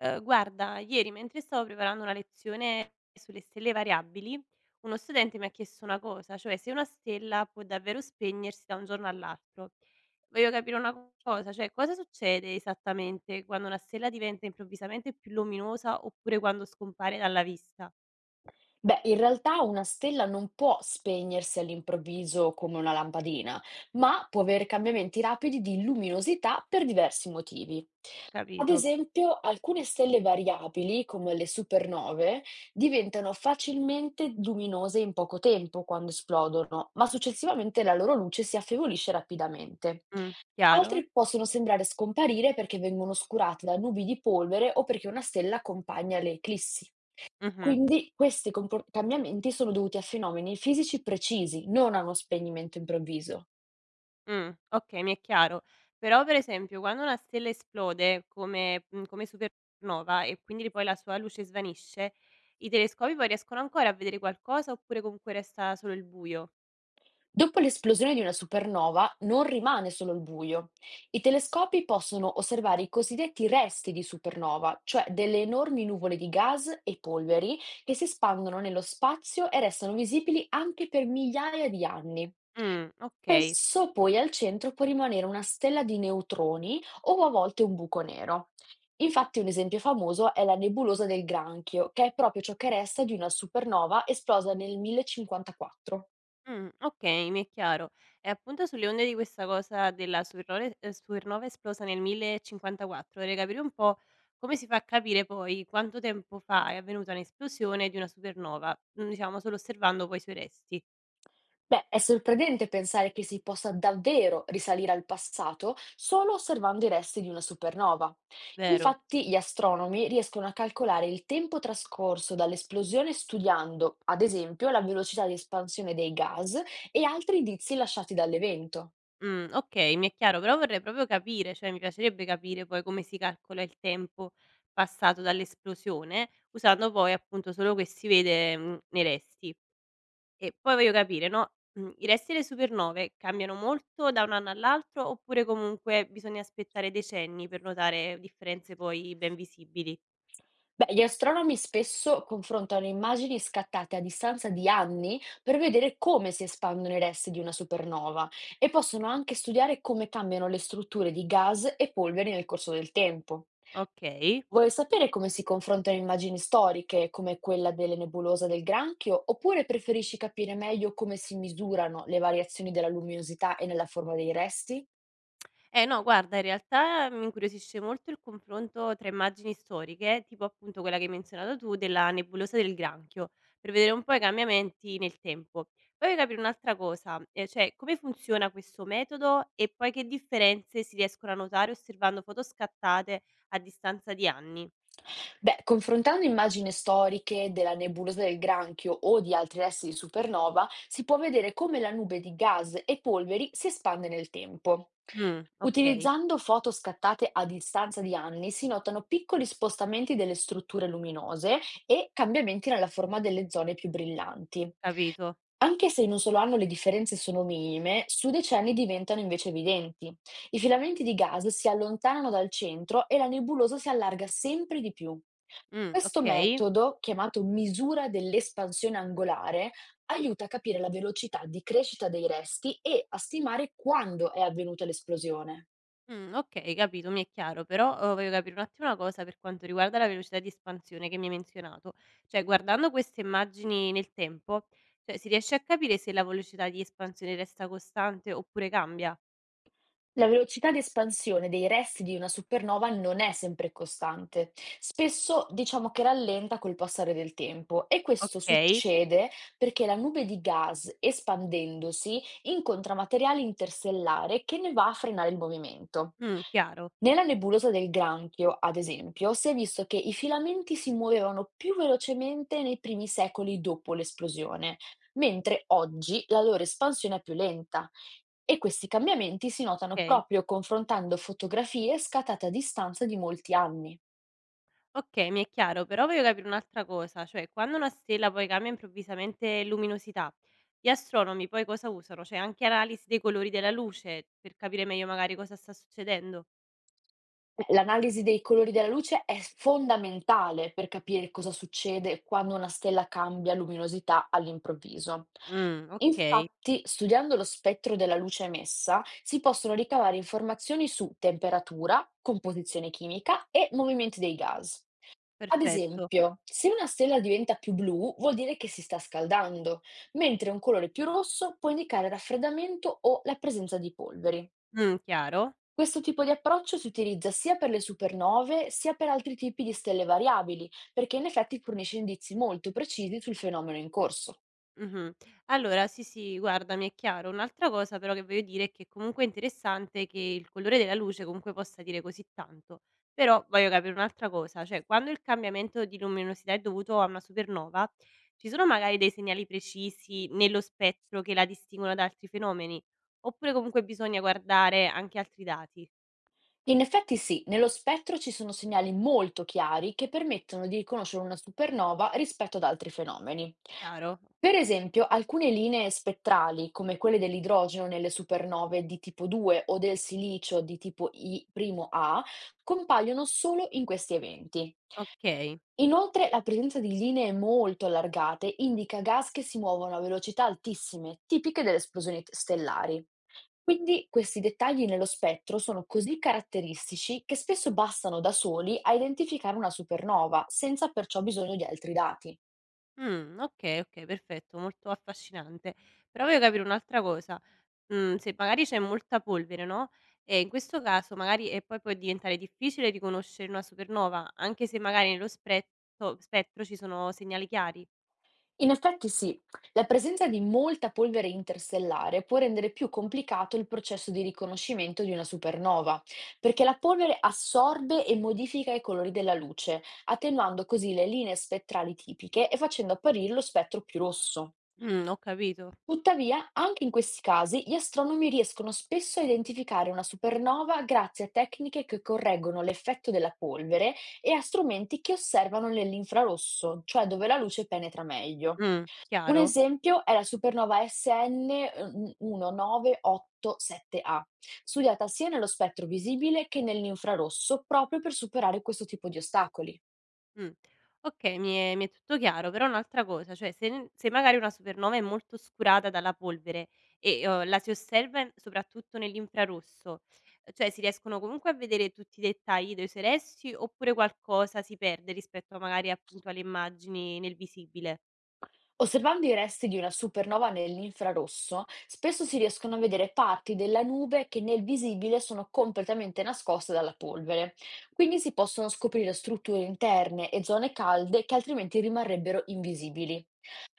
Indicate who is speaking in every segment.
Speaker 1: Guarda, ieri mentre stavo preparando una lezione sulle stelle variabili, uno studente mi ha chiesto una cosa, cioè se una stella può davvero spegnersi da un giorno all'altro. Voglio capire cosa, cioè cosa succede esattamente quando una stella diventa improvvisamente più luminosa oppure quando scompare dalla vista?
Speaker 2: Beh, in realtà una stella non può spegnersi all'improvviso come una lampadina, ma può avere cambiamenti rapidi di luminosità per diversi motivi. Ad
Speaker 1: Capito?
Speaker 2: esempio, alcune stelle variabili, come le supernove, diventano facilmente luminose in poco tempo quando esplodono, ma successivamente la loro luce si affievolisce rapidamente.
Speaker 1: Chiaro?
Speaker 2: Altre possono sembrare scomparire perché vengono oscurate da nubi di polvere o perché una stella accompagna le eclissi.
Speaker 1: Mh-mh.
Speaker 2: Quindi questi compor cambiamenti sono dovuti a fenomeni fisici precisi, non a uno spegnimento improvviso.
Speaker 1: Okay, mi è chiaro. Però per esempio quando una stella esplode come supernova e quindi poi la sua luce svanisce, i telescopi poi riescono ancora a vedere qualcosa oppure comunque resta solo il buio?
Speaker 2: Dopo l'esplosione di una supernova non rimane solo il buio. I telescopi possono osservare i cosiddetti resti di supernova, cioè delle enormi nuvole di gas e polveri che si espandono nello spazio e restano visibili anche per migliaia di anni.
Speaker 1: Okay.
Speaker 2: Spesso poi al centro può rimanere una stella di neutroni o a volte un buco nero. Infatti, un esempio famoso è la nebulosa del Granchio, che è proprio ciò che resta di una supernova esplosa nel 1054.
Speaker 1: Okay, mi è chiaro. E appunto sulle onde di questa cosa della supernove supernova esplosa nel 1054, vorrei capire un po' come si fa a capire poi quanto tempo fa è avvenuta un'esplosione di una supernova, diciamo solo osservando poi i suoi resti,
Speaker 2: Beh, è sorprendente pensare che si possa davvero risalire al passato solo osservando i resti di una supernova.
Speaker 1: vero?
Speaker 2: Infatti, gli astronomi riescono a calcolare il tempo trascorso dall'esplosione studiando, ad esempio, la velocità di espansione dei gas e altri indizi lasciati dall'evento.
Speaker 1: Okay, mi è chiaro, però vorrei proprio capire, cioè mi piacerebbe capire poi come si calcola il tempo passato dall'esplosione, usando poi appunto solo che si vede, nei resti. E poi voglio capire, no, i resti delle supernove cambiano molto da un anno all'altro, oppure comunque bisogna aspettare decenni per notare differenze poi ben visibili?
Speaker 2: Beh, gli astronomi spesso confrontano immagini scattate a distanza di anni per vedere come si espandono i resti di una supernova e possono anche studiare come cambiano le strutture di gas e polveri nel corso del tempo.
Speaker 1: Okay.
Speaker 2: Vuoi sapere come si confrontano immagini storiche, come quella delle nebulose del Granchio, oppure preferisci capire meglio come si misurano le variazioni della luminosità e nella forma dei resti?
Speaker 1: Eh no, guarda, in realtà mi incuriosisce molto il confronto tra immagini storiche, tipo appunto quella che hai menzionato tu della nebulosa del granchio, per vedere un po' i cambiamenti nel tempo. Poi voglio capire un'altra cosa, cioè come funziona questo metodo e poi che differenze si riescono a notare osservando foto scattate a distanza di anni.
Speaker 2: Beh, confrontando immagini storiche della nebulosa del Granchio o di altri resti di supernova, si può vedere come la nube di gas e polveri si espande nel tempo.
Speaker 1: Mm, ok,
Speaker 2: Utilizzando foto scattate a distanza di anni, si notano piccoli spostamenti delle strutture luminose e cambiamenti nella forma delle zone più brillanti.
Speaker 1: capito.
Speaker 2: Anche se in un solo anno le differenze sono minime, su decenni diventano invece evidenti. I filamenti di gas si allontanano dal centro e la nebulosa si allarga sempre di più.
Speaker 1: Mm,
Speaker 2: Questo
Speaker 1: ok.
Speaker 2: metodo, chiamato misura dell'espansione angolare, aiuta a capire la velocità di crescita dei resti e a stimare quando è avvenuta l'esplosione.
Speaker 1: Okay, capito, mi è chiaro, però, voglio capire un attimo una cosa per quanto riguarda la velocità di espansione che mi hai menzionato. Cioè, guardando queste immagini nel tempo, cioè, si riesce a capire se la velocità di espansione resta costante oppure cambia?
Speaker 2: La velocità di espansione dei resti di una supernova non è sempre costante, spesso diciamo che rallenta col passare del tempo e questo
Speaker 1: Okay.
Speaker 2: succede perché la nube di gas espandendosi incontra materiale interstellare che ne va a frenare il movimento.
Speaker 1: Chiaro,
Speaker 2: Nella nebulosa del Granchio, ad esempio, si è visto che i filamenti si muovevano più velocemente nei primi secoli dopo l'esplosione, mentre oggi la loro espansione è più lenta. E questi cambiamenti si notano
Speaker 1: okay.
Speaker 2: proprio confrontando fotografie scattate a distanza di molti anni.
Speaker 1: Okay, mi è chiaro, però voglio capire un'altra cosa, cioè quando una stella poi cambia improvvisamente luminosità, gli astronomi poi cosa usano? Cioè anche analisi dei colori della luce per capire meglio magari cosa sta succedendo?
Speaker 2: L'analisi dei colori della luce è fondamentale per capire cosa succede quando una stella cambia luminosità all'improvviso.
Speaker 1: Okay,
Speaker 2: Infatti, studiando lo spettro della luce emessa, si possono ricavare informazioni su temperatura, composizione chimica e movimenti dei gas. Ad
Speaker 1: perfetto.
Speaker 2: esempio, se una stella diventa più blu, vuol dire che si sta scaldando, mentre un colore più rosso può indicare raffreddamento o la presenza di polveri.
Speaker 1: Chiaro.
Speaker 2: Questo tipo di approccio si utilizza sia per le supernove sia per altri tipi di stelle variabili, perché in effetti fornisce indizi molto precisi sul fenomeno in corso.
Speaker 1: Mh-mh. Allora sì, sì, guarda, mi è chiaro. Un'altra cosa però che voglio dire è che comunque è interessante che il colore della luce comunque possa dire così tanto. Però voglio capire un'altra cosa, cioè quando il cambiamento di luminosità è dovuto a una supernova, ci sono magari dei segnali precisi nello spettro che la distinguono da altri fenomeni? Oppure comunque bisogna guardare anche altri dati?
Speaker 2: In effetti sì, nello spettro ci sono segnali molto chiari che permettono di riconoscere una supernova rispetto ad altri fenomeni.
Speaker 1: Chiaro?
Speaker 2: Per esempio, alcune linee spettrali, come quelle dell'idrogeno nelle supernove di tipo 2 o del silicio di tipo I'A, compaiono solo in questi eventi.
Speaker 1: Okay.
Speaker 2: Inoltre, la presenza di linee molto allargate indica gas che si muovono a velocità altissime, tipiche delle esplosioni stellari. Quindi questi dettagli nello spettro sono così caratteristici che spesso bastano da soli a identificare una supernova, senza perciò bisogno di altri dati.
Speaker 1: Okay, okay, perfetto, molto affascinante. Però voglio capire un'altra cosa. Se magari c'è molta polvere, no, e in questo caso magari e poi può diventare difficile riconoscere una supernova, anche se magari nello spretto spettro ci sono segnali chiari.
Speaker 2: In effetti sì, la presenza di molta polvere interstellare può rendere più complicato il processo di riconoscimento di una supernova, perché la polvere assorbe e modifica i colori della luce, attenuando così le linee spettrali tipiche e facendo apparire lo spettro più rosso.
Speaker 1: Ho capito.
Speaker 2: Tuttavia, anche in questi casi, gli astronomi riescono spesso a identificare una supernova grazie a tecniche che correggono l'effetto della polvere e a strumenti che osservano nell'infrarosso, cioè dove la luce penetra meglio. Un
Speaker 1: Chiaro.
Speaker 2: esempio è la supernova SN 19887A, studiata sia nello spettro visibile che nell'infrarosso proprio per superare questo tipo di ostacoli.
Speaker 1: Mh. Okay, mi è tutto chiaro, però un'altra cosa, cioè se magari una supernova è molto oscurata dalla polvere e, la si osserva in soprattutto nell'infrarosso, cioè si riescono comunque a vedere tutti i dettagli dei suoi resti oppure qualcosa si perde rispetto magari appunto alle immagini nel visibile?
Speaker 2: Osservando i resti di una supernova nell'infrarosso, spesso si riescono a vedere parti della nube che nel visibile sono completamente nascoste dalla polvere. Quindi si possono scoprire strutture interne e zone calde che altrimenti rimarrebbero invisibili.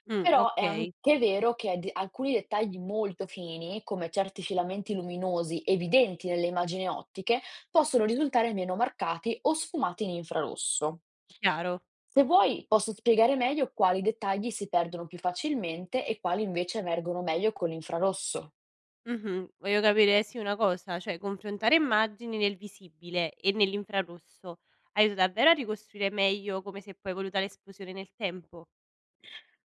Speaker 2: Però è
Speaker 1: Okay,
Speaker 2: anche vero che ad alcuni dettagli molto fini, come certi filamenti luminosi evidenti nelle immagini ottiche, possono risultare meno marcati o sfumati in infrarosso.
Speaker 1: chiaro.
Speaker 2: Se vuoi, posso spiegare meglio quali dettagli si perdono più facilmente e quali invece emergono meglio con l'infrarosso.
Speaker 1: Mh-mh. Voglio capire sì una cosa, cioè confrontare immagini nel visibile e nell'infrarosso aiuta davvero a ricostruire meglio come si è poi evoluta l'esplosione nel tempo?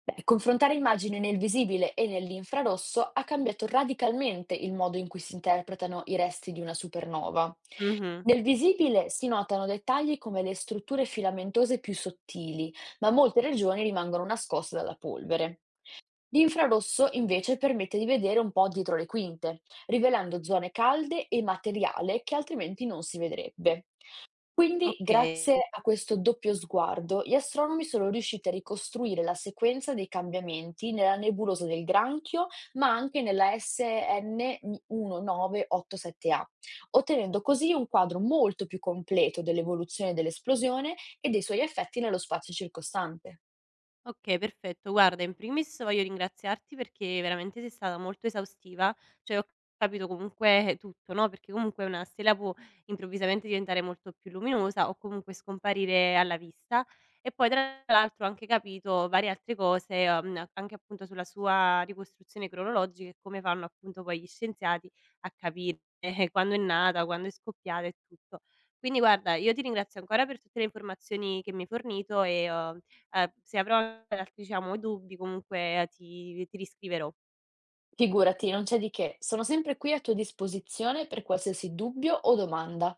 Speaker 2: Beh, confrontare immagini nel visibile e nell'infrarosso ha cambiato radicalmente il modo in cui si interpretano i resti di una supernova.
Speaker 1: Mh-mh.
Speaker 2: Nel visibile si notano dettagli come le strutture filamentose più sottili, ma molte regioni rimangono nascoste dalla polvere. L'infrarosso invece permette di vedere un po' dietro le quinte, rivelando zone calde e materiale che altrimenti non si vedrebbe. Quindi,
Speaker 1: Okay.
Speaker 2: grazie a questo doppio sguardo, gli astronomi sono riusciti a ricostruire la sequenza dei cambiamenti nella nebulosa del Granchio, ma anche nella SN1987A, ottenendo così un quadro molto più completo dell'evoluzione dell'esplosione e dei suoi effetti nello spazio circostante.
Speaker 1: Okay, perfetto. Guarda, in primis voglio ringraziarti perché veramente sei stata molto esaustiva, cioè ho capito comunque tutto, no, perché comunque una stella può improvvisamente diventare molto più luminosa o comunque scomparire alla vista. E poi tra l'altro ho anche capito varie altre cose, anche appunto sulla sua ricostruzione cronologica e come fanno appunto poi gli scienziati a capire quando è nata, quando è scoppiata e tutto. Quindi guarda, io ti ringrazio ancora per tutte le informazioni che mi hai fornito e se avrò diciamo dubbi comunque ti riscriverò.
Speaker 2: Figurati, non c'è di che, sono sempre qui a tua disposizione per qualsiasi dubbio o domanda.